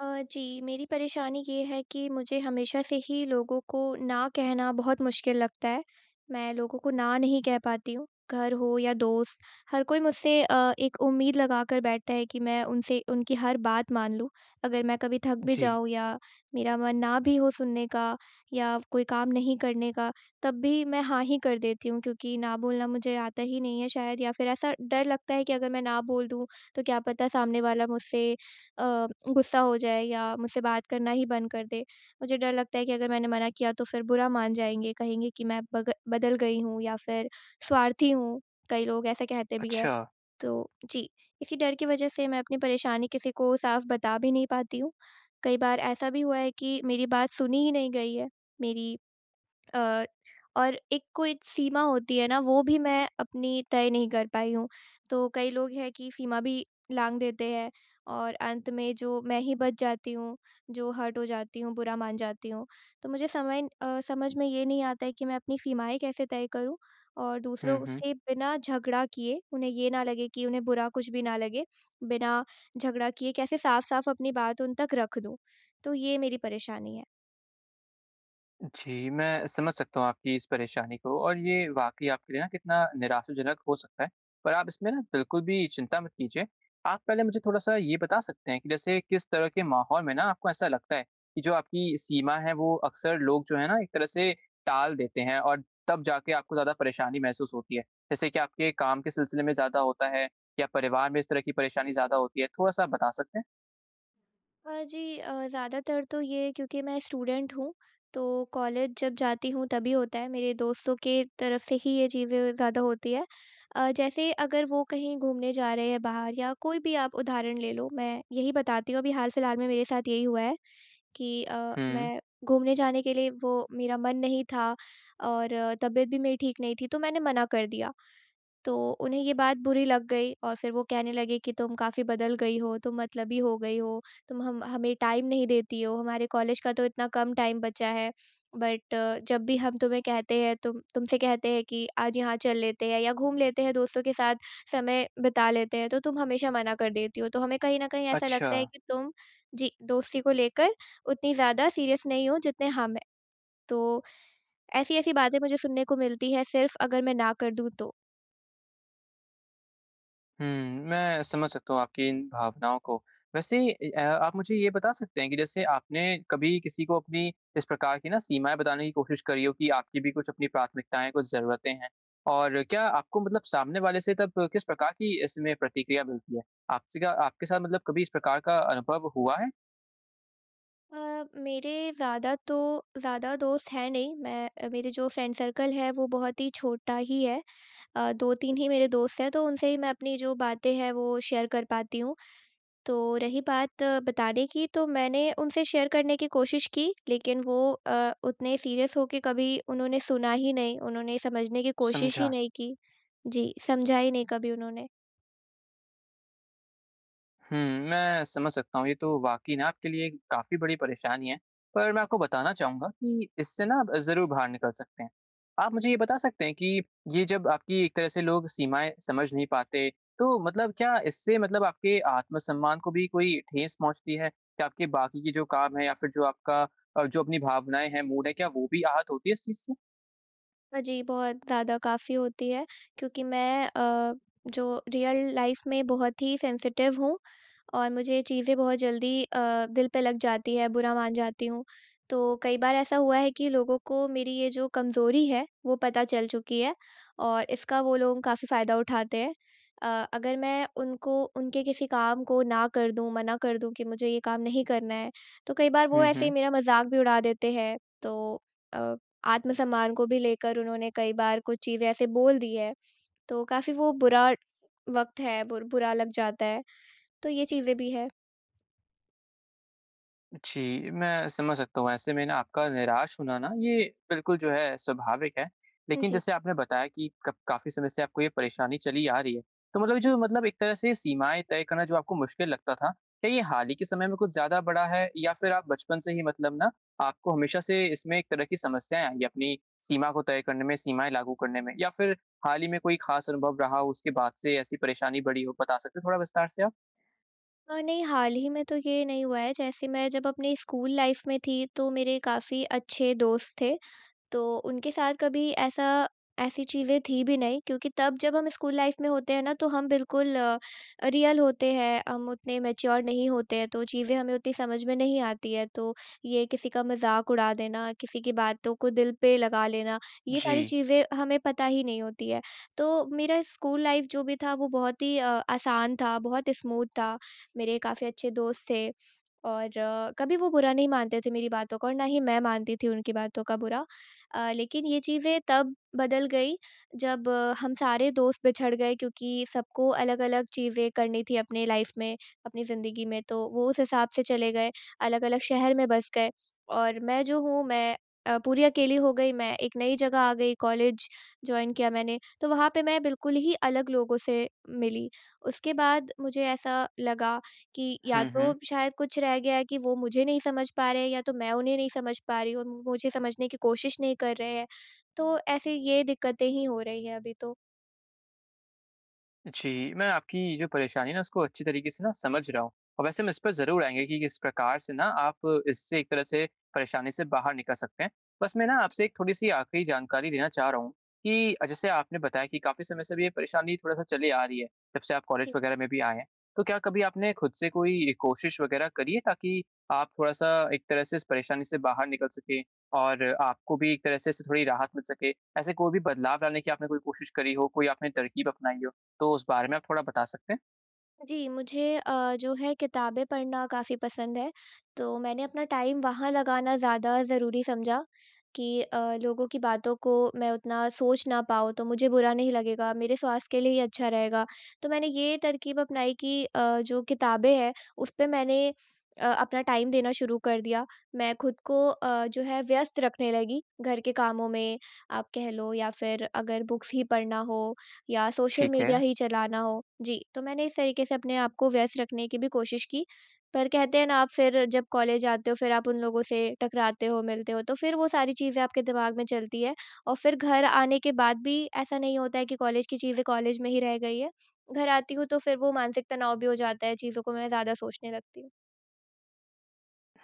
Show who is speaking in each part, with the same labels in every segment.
Speaker 1: अ, जी, मेरी परेशानी ये है कि मुझे हमेशा से ही लोगों को ना कहना बहुत मुश्किल लगता है। मैं लोगों को ना नहीं कह पाती हूँ, घर हो या दोस्त, हर कोई मुझसे एक उम्मीद लगाकर बैठता है कि मैं उनसे उनकी हर बात मान लूँ। अगर मैं कभी थक भी
Speaker 2: जी,
Speaker 1: जाऊँ या मेरा मन ना भी हो सुनने का या कोई काम नहीं करने का, तब भी मैं हाँ ही कर देती हूँ क्योंकि ना बोलना मुझे आता ही नहीं है शायद या फिर ऐसा डर लगता है कि अगर मैं ना बोल दूँ, तो क्या पता सामने वाला मुझसे अ, गुस्सा हो जाए या मुझसे बात करना ही बंद कर दे। मुझे डर लगता है कि अगर मैंने मना किया तो फिर बुरा मान जाएँगे, कहेंगे कि मैं बग बदल गई हूँ या फिर स्वार्थी हूँ, कई लोग ऐसा कहते भी हैं।
Speaker 2: अच्छा।
Speaker 1: तो जी, इसी डर की वज़ह से मैं अपनी परेशानी किसी को साफ बता भी नहीं पाती हूँ। कई बार ऐसा भी हुआ है कि मेरी बात सुनी ही नहीं गई है, मेरी अ, और एक कोई सीमा होती है ना वो भी मैं अपनी तय नहीं कर पाई हूँ। तो कई लोग हैं कि सीमा भी लाँघ देते हैं और अंत में जो मैं ही बच जाती हूँ, जो हर्ट हो जाती हूँ, बुरा मान जाती हूँ। तो मुझे समझ में ये नहीं आता है कि मैं अपनी सीमाएँ कैसे तय करूँ और
Speaker 2: हुँ,
Speaker 1: दूसरों
Speaker 2: हुँ।
Speaker 1: से बिना झगड़ा किए, उन्हें ये ना लगे कि उन्हें बुरा कुछ भी ना लगे, बिना झगड़ा किए कैसे साफ-साफ अपनी बात उन तक रख दूँ। तो ये मेरी परेशानी है।
Speaker 2: जी, मैं समझ सकता हूँ आपकी इस परेशानी को और ये वाक़ई आपके लिए ना कितना निराशाजनक हो सकता है। पर आप इसमें ना बिल्कुल भी चिंता मत कीजिए। आप पहले मुझे थोड़ा-सा ये बता सकते हैं कि जैसे किस तरह के माहौल में ना आपको ऐसा लगता है कि जो आपकी सीमा है वो अक्सर लोग जो है ना एक तरह से टाल देते हैं और तब जाके आपको ज़्यादा परेशानी महसूस होती है? जैसे कि आपके काम के सिलसिले में ज़्यादा होता है या परिवार में इस तरह की परेशानी ज़्यादा होती है? थोड़ा-सा बता सकते हैं?
Speaker 1: ज़्यादातर तो ये क्योंकि मैं स्टूडेंट हूँ, तो कॉलेज जब जाती हूँ तभी होता है, मेरे दोस्तों के तरफ से ही ये चीज़ें ज़्यादा होती है। जैसे अगर वो कहीं घूमने जा रहे हैं बाहर या कोई भी आप उदाहरण ले लो, मैं यही बताती हूँ अभी हाल-फिलहाल में मेरे साथ यही हुआ है कि
Speaker 2: हुँ,
Speaker 1: मैं घूमने जाने के लिए वो मेरा मन नहीं था और तबीयत भी मेरी ठीक नहीं थी, तो मैंने मना कर दिया। तो उन्हें ये बात बुरी लग गई और फिर वो कहने लगे कि तुम काफ़ी बदल गई हो, तुम मतलबी हो गई हो, तुम हम हमें टाइम नहीं देती हो, हमारे कॉलेज का तो इतना कम टाइम बचा है। बट जब भी हम तुम्हें कहते हैं तुमसे कहते हैं कि आज यहाँ चल लेते हैं या घूम लेते हैं दोस्तों के साथ समय बिता लेते हैं, तो तुम हमेशा मना कर देती हो। तो हमें कहीं न कहीं ऐसा
Speaker 2: अच्छा।
Speaker 1: लगता है कि तुम, जी, दोस्ती को लेकर उतनी ज़्यादा सीरियस नहीं हो जितने हम हैं। तो ऐसी-ऐसी बातें मुझे सुनने को मिलती है सिर्फ़ अगर मैं ना कर दूँ तो।
Speaker 2: हुँ, मैं समझ सकता हूँ आपकी इन भावनाओं को। वैसे आप मुझे ये बता सकते हैं कि जैसे आपने कभी किसी को अपनी इस प्रकार की ना सीमाएँ बताने की कोशिश करी हो कि आपकी भी कुछ अपनी प्राथमिकताएँ, कुछ ज़रूरतें हैं? और क्या आपको मतलब सामने वाले से तब किस प्रकार की इसमें प्रतिक्रिया मिलती है? आपसे क्या आपके साथ मतलब कभी इस प्रकार का अनुभव हुआ है?
Speaker 1: मेरे ज़्यादा दोस्त हैं नहीं मैं, मेरे जो फ्रेंड सर्कल है वो बहुत ही छोटा ही है, 2-3 ही मेरे दोस्त हैं तो उनसे ही मैं अपनी जो बातें हैं वो शेयर कर पाती हूँ। तो रही बात बताने की तो मैंने उनसे शेयर करने की कोशिश की लेकिन वो उतने सीरियस होके कभी उन्होंने सुना ही नहीं, उन्होंने समझने की कोशिश ही
Speaker 2: समझा।
Speaker 1: नहीं की। जी, समझा ही नहीं कभी उन्होंने।
Speaker 2: हुँ, मैं समझ सकता हूँ। ये तो वाक़ई ना आपके लिए काफ़ी बड़ी परेशानी है। पर मैं आपको बताना चाहूँगा कि इससे ना आप ज़रूर बाहर निकल सकते हैं। आप मुझे ये बता सकते हैं कि ये जब आपकी एक तरह से लोग सीमाएँ समझ नहीं पाते, तो मतलब क्या इससे मतलब आपके आत्मसम्मान को भी कोई ठेस पहुँचती है? क्या आपके बाकी के जो काम हैं या फिर जो आपका जो अपनी भावनाएँ हैं, मूड है, क्या वो भी आहत होती है इस चीज़ से?
Speaker 1: जी, बहुत ज़्यादा काफ़ी होती है क्योंकि जो रियल लाइफ़ में बहुत ही सेंसिटिव हूँ और मुझे ये चीज़ें बहुत जल्दी दिल पे लग जाती है, बुरा मान जाती हूँ। तो कई बार ऐसा हुआ है कि लोगों को मेरी ये जो कमज़ोरी है, वो पता चल चुकी है और इसका वो लोग काफ़ी फ़ायदा उठाते हैं। अ, अगर मैं उनको उनके किसी काम को ना कर दूँ, मना कर दूँ कि मुझे ये काम नहीं करना है, तो कई बार वो
Speaker 2: हुँ,
Speaker 1: ऐसे ही
Speaker 2: हुँ।
Speaker 1: मेरा मज़ाक भी उड़ा देते हैं। तो अ, आत्मसम्मान को भी लेकर उन्होंने कई बार कुछ चीज़ें ऐसे बोल दी है, तो काफ़ी वो बुरा वक़्त है, बुरा लग जाता है। तो ये चीज़ें भी हैं।
Speaker 2: जी, मैं समझ सकता हूँ। ऐसे में ना आपका निराश होना ना ये बिल्कुल जो है स्वाभाविक है। लेकिन
Speaker 1: जी।
Speaker 2: जैसे आपने बताया कि क काफ़ी समय से आपको ये परेशानी चली आ रही है। तो मतलब ये जो मतलब एक तरह से सीमाएँ तय करना जो आपको मुश्किल लगता था, क्या ये हाल ही के समय में कुछ ज़्यादा बड़ा है या फिर आप बचपन से ही मतलब ना आपको हमेशा से इसमें एक तरह की समस्याएँ आई हैं अपनी सीमा को तय करने में, सीमाएँ लागू करने में? या फिर हाल ही में कोई ख़ास अनुभव रहा हो उसके बाद से ऐसी परेशानी बढ़ी हो? बता सकते हैं थोड़ा विस्तार से आप?
Speaker 1: नहीं, हाल ही में तो ये नहीं हुआ है, जैसे मैं जब अपने स्कूल लाइफ़ में थी, तो मेरे काफ़ी अच्छे दोस्त थे। तो उनके साथ कभी ऐसा ऐसी चीज़ें थी भी नहीं क्योंकि तब जब हम स्कूल लाइफ में होते हैं ना तो हम बिल्कुल रियल होते हैं, हम उतने मैच्योर नहीं होते हैं, तो चीज़ें हमें उतनी समझ में नहीं आती है। तो ये किसी का मज़ाक उड़ा देना, किसी की बातों को दिल पे लगा लेना, ये
Speaker 2: जी।
Speaker 1: सारी चीज़ें हमें पता ही नहीं होती है। तो मेरा स्कूल लाइफ जो भी था वो बहुत ही आसान था, बहुत स्मूथ था, मेरे काफ़ी अच्छे दोस्त थे और कभी वो बुरा नहीं मानते थे मेरी बातों का और ना ही मैं मानती थी उनकी बातों का बुरा। लेकिन ये चीज़ें तब बदल गई जब हम सारे दोस्त बिछड़ गए क्योंकि सबको अलग-अलग चीज़ें करनी थी अपने लाइफ में, अपनी ज़िंदगी में तो वो उस हिसाब से चले गए, अलग-अलग शहर में बस गए और मैं जो हूँ मैं पूरी अकेली हो गई, मैं एक नई जगह आ गई, कॉलेज जॉइन किया मैंने, तो वहाँ पे मैं बिल्कुल ही अलग लोगों से मिली। उसके बाद मुझे ऐसा लगा कि या
Speaker 2: हुँ,
Speaker 1: तो
Speaker 2: हुँ।
Speaker 1: शायद कुछ रह गया है कि वो मुझे नहीं समझ पा रहे हैं या तो मैं उन्हें नहीं समझ पा रही हूँ, वो मुझे समझने की कोशिश नहीं कर रहे हैं। तो ऐसी ये दिक्कतें ही हो रही हैं अभी तो।
Speaker 2: जी, मैं आपकी जो परेशानी है ना उसको अच्छी तरीके से ना समझ रहा हूँ। और वैसे हम इस पर ज़रूर आएँगे कि किस प्रकार से ना आप इससे एक तरह से परेशानी से बाहर निकल सकते हैं। बस मैं ना
Speaker 1: जी।
Speaker 2: आपसे एक थोड़ी-सी आखिरी जानकारी लेना चाह रहा हूँ कि जैसे आपने बताया कि काफ़ी समय से भी ये परेशानी थोड़ा-सा चली आ रही है, जब से आप कॉलेज वग़ैरह में भी आए हैं। तो क्या कभी आपने खुद से कोई कोशिश वग़ैरह करी है ताकि आप थोड़ा-सा एक तरह से इस परेशानी से बाहर निकल सकें और आपको भी एक तरह से इससे थोड़ी राहत मिल सके? ऐसे कोई भी बदलाव लाने की आपने कोई कोशिश करी हो, कोई आपने तरकीब अपनाई हो? तो उस बारे में आप थोड़ा बता सकते हैं?
Speaker 1: जी, मुझे जो है किताबें पढ़ना काफ़ी पसंद है। तो मैंने अपना टाइम वहाँ लगाना ज़्यादा ज़रूरी समझा कि लोगों की बातों को मैं उतना सोच ना पाऊँ, तो मुझे बुरा नहीं लगेगा, मेरे स्वास्थ्य के लिए ही अच्छा रहेगा। तो मैंने ये तरकीब अपनाई कि जो किताबें हैं, उस पे मैंने अपना टाइम देना शुरू कर दिया। मैं खुद को जो है व्यस्त रखने लगी, घर के कामों में आप कह लो या फिर अगर बुक्स ही पढ़ना हो या सोशल
Speaker 2: ठीक है।
Speaker 1: मीडिया ही चलाना हो। जी, तो मैंने इस तरीके से अपने आप को व्यस्त रखने की भी कोशिश की। पर कहते हैं ना आप फिर जब कॉलेज जाते हो फिर आप उन लोगों से टकराते हो, मिलते हो तो फिर वो सारी चीज़ें आपके दिमाग में चलती है और फिर घर आने के बाद भी ऐसा नहीं होता है कि कॉलेज की चीज़ें कॉलेज में ही रह गई है। घर आती हूँ तो फिर वो मानसिक तनाव भी हो जाता है, चीज़ों को मैं ज़्यादा सोचने लगती हूँ।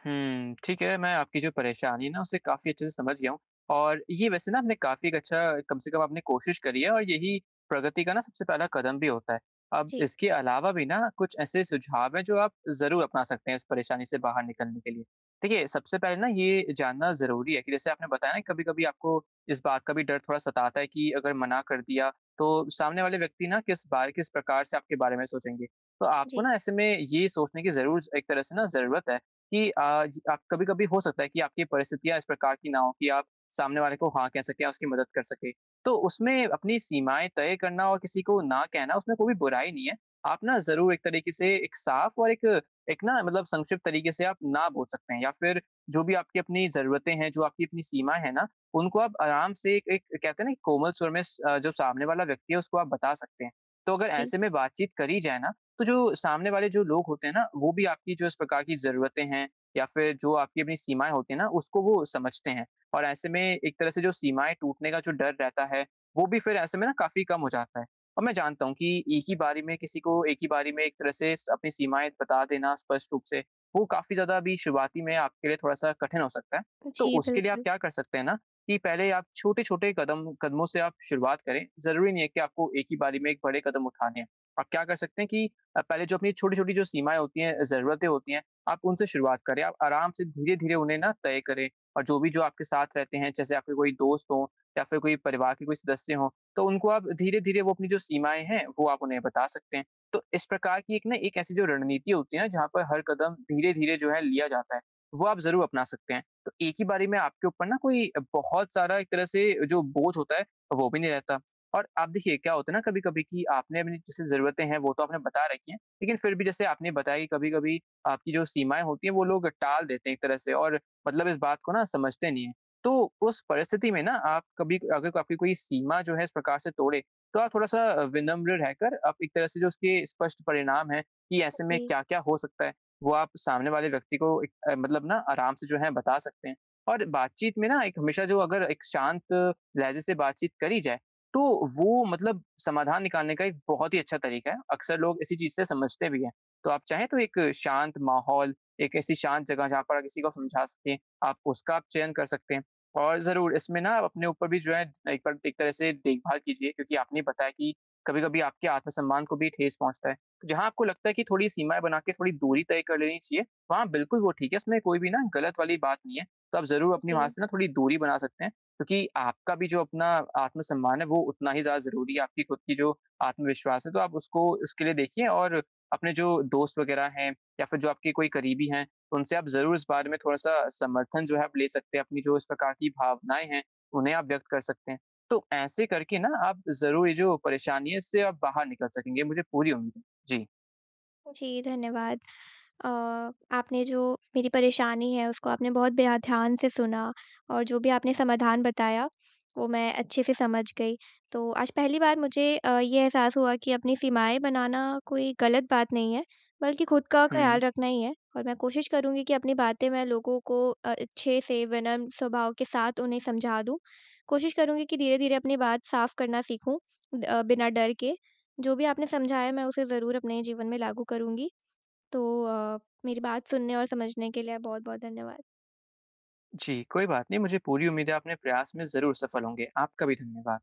Speaker 2: हुँ, ठीक है, मैं आपकी जो परेशानी है ना उसे काफ़ी अच्छे से समझ गया हूँ और ये वैसे ना आपने काफ़ी एक अच्छा कम से कम आपने कोशिश करी है और यही प्रगति का ना सबसे पहला कदम भी होता है। अब
Speaker 1: जी,
Speaker 2: इसके अलावा भी ना कुछ ऐसे सुझाव हैं जो आप ज़रूर अपना सकते हैं इस परेशानी से बाहर निकलने के लिए। देखिए, सबसे पहले ना ये जानना ज़रूरी है कि जैसे आपने बताया ना कभी-कभी आपको इस बात का भी डर थोड़ा सताता है कि अगर मना कर दिया तो सामने वाले व्यक्ति ना किस बार किस प्रकार से आपके बारे में सोचेंगे। तो आपको
Speaker 1: जी,
Speaker 2: ना ऐसे में ये सोचने की ज़रूर एक तरह से ना ज़रूरत है कि आज आप कभी-कभी हो सकता है कि आपकी परिस्थितियाँ इस प्रकार की ना हो कि आप सामने वाले को हाँ कह सकें, उसकी मदद कर सकें। तो उसमें अपनी सीमाएँ तय करना और किसी को ना कहना, उसमें कोई भी बुराई नहीं है। आप ना ज़रूर एक तरीके से एक साफ और एक एक ना मतलब संक्षिप्त तरीके से आप ना बोल सकते हैं या फिर जो भी आपकी अपनी ज़रूरतें हैं, जो आपकी अपनी सीमा है ना, उनको आप आराम से एक एक कहते हैं ना कि कोमल सुर में जो सामने वाला व्यक्ति है उसको आप बता सकते हैं। तो अगर
Speaker 1: जी।
Speaker 2: ऐसे में बातचीत करी जाए ना, तो जो सामने वाले जो लोग होते हैं ना, वो भी आपकी जो इस प्रकार की ज़रूरतें हैं या फिर जो आपकी अपनी सीमाएँ होती हैं ना, उसको वो समझते हैं। और ऐसे में एक तरह से जो सीमाएँ टूटने का जो डर रहता है, वो भी फिर ऐसे में ना काफ़ी कम हो जाता है। और मैं जानता हूँ कि एक ही बारी में किसी को एक ही बारी में एक तरह से स अपनी सीमाएँ बता देना स्पष्ट रूप से, वो काफ़ी ज़्यादा अभी शुरुआती में आपके लिए थोड़ा-सा कठिन हो सकता है। तो
Speaker 1: जी,
Speaker 2: उसके लिए आप
Speaker 1: बिल्कुल।
Speaker 2: क्या कर सकते हैं ना, कि पहले आप छोटे-छोटे कदमों से आप शुरुआत करें। ज़रूरी नहीं है कि आपको एक ही बारी में एक बड़े कदम उठाने हैं। आप क्या कर सकते हैं कि पहले जो अपनी छोटी-छोटी जो सीमाएँ होती हैं, ज़रूरतें होती हैं, आप उनसे शुरुआत करें। आप आराम से धीरे-धीरे उन्हें ना तय करें और जो भी जो आपके साथ रहते हैं, जैसे आपके कोई दोस्त हों या फिर कोई परिवार के कोई सदस्य हों, तो उनको आप धीरे-धीरे वो अपनी जो सीमाएँ हैं, वो आप उन्हें बता सकते हैं। तो इस प्रकार की एक ना एक ऐसी जो रणनीति होती है ना, जहाँ पर हर कदम धीरे-धीरे जो है लिया जाता है, वो आप ज़रूर अपना सकते हैं। तो एक ही बारी में आपके ऊपर ना कोई बहुत सारा एक तरह से जो बोझ होता है, वो भी नहीं रहता। और आप देखिए क्या होता है ना कभी-कभी कि आपने अपनी जैसे ज़रूरतें हैं वो तो आपने बता रखी हैं, लेकिन फिर भी जैसे आपने बताया कि कभी-कभी आपकी जो सीमाएँ होती हैं वो लोग टाल देते हैं एक तरह से और मतलब इस बात को ना समझते नहीं हैं। तो उस परिस्थिति में ना आप कभी अगर आपकी कोई सीमा जो है इस प्रकार से तोड़े, तो आप थोड़ा-सा विनम्र रहकर आप एक तरह से जो उसके स्पष्ट परिणाम हैं कि ऐसे में
Speaker 1: जी,
Speaker 2: क्या-क्या हो सकता है, वो आप सामने वाले व्यक्ति को एक मतलब ना आराम से जो है बता सकते हैं। और बातचीत में ना एक हमेशा जो अगर एक शांत लहज़े से बातचीत करी जाए, तो वो मतलब समाधान निकालने का एक बहुत ही अच्छा तरीका है। अक्सर लोग इसी चीज़ से समझते भी हैं। तो आप चाहें तो एक शांत माहौल, एक ऐसी शांत जगह जहाँ पर आप किसी को समझा सकें, आप उसका आप चयन कर सकते हैं। और ज़रूर इसमें ना आप अपने ऊपर भी जो है एक बार एक तरह से देखभाल कीजिए क्योंकि आपने बताया कि कभी-कभी आपके आत्मसम्मान को भी ठेस पहुँचता है। तो जहाँ आपको लगता है कि थोड़ी सीमाएँ बना के थोड़ी दूरी तय कर लेनी चाहिए, वहाँ बिल्कुल वो ठीक है, उसमें कोई भी ना गलत वाली बात नहीं है। तो आप ज़रूर अपनी वहाँ
Speaker 1: जी,
Speaker 2: से ना थोड़ी दूरी बना सकते हैं क्योंकि आपका भी जो अपना आत्मसम्मान है वो उतना ही ज़्यादा ज़रूरी है, आपकी खुद की जो आत्मविश्वास है, तो आप उसको उसके लिए देखिए और अपने जो दोस्त वग़ैरह हैं या फिर जो आपके कोई करीबी हैं, तो उनसे आप ज़रूर इस बारे में थोड़ा-सा समर्थन जो है आप ले सकते हैं, अपनी जो इस प्रकार की भावनाएँ हैं, उन्हें आप व्यक्त कर सकते हैं। तो ऐसे करके ना आप ज़रूर ये जो परेशानी है इससे आप बाहर निकल सकेंगे, मुझे पूरी उम्मीद है। जी।
Speaker 1: जी, धन्यवाद। अ, आपने जो मेरी परेशानी है उसको आपने बहुत बेहा ध्यान से सुना और जो भी आपने समाधान बताया वो मैं अच्छे से समझ गई। तो आज पहली बार मुझे ये एहसास हुआ कि अपनी सीमाएँ बनाना कोई गलत बात नहीं है, बल्कि खुद का ख़्याल
Speaker 2: हुँ।
Speaker 1: रखना ही है और मैं कोशिश करूँगी कि अपनी बातें मैं लोगों को अच्छे से विनम्र स्वभाव के साथ उन्हें समझा दूँ। कोशिश करूँगी कि धीरे-धीरे अपनी बात साफ़ करना सीखूँ बिना डर के। जो भी आपने समझाया मैं उसे ज़रूर अपने जीवन में लागू करूँगी। तो मेरी बात सुनने और समझने के लिए बहुत-बहुत धन्यवाद।
Speaker 2: जी, कोई बात नहीं, मुझे पूरी उम्मीद है अपने प्रयास में ज़रूर सफल होंगे। आपका भी धन्यवाद।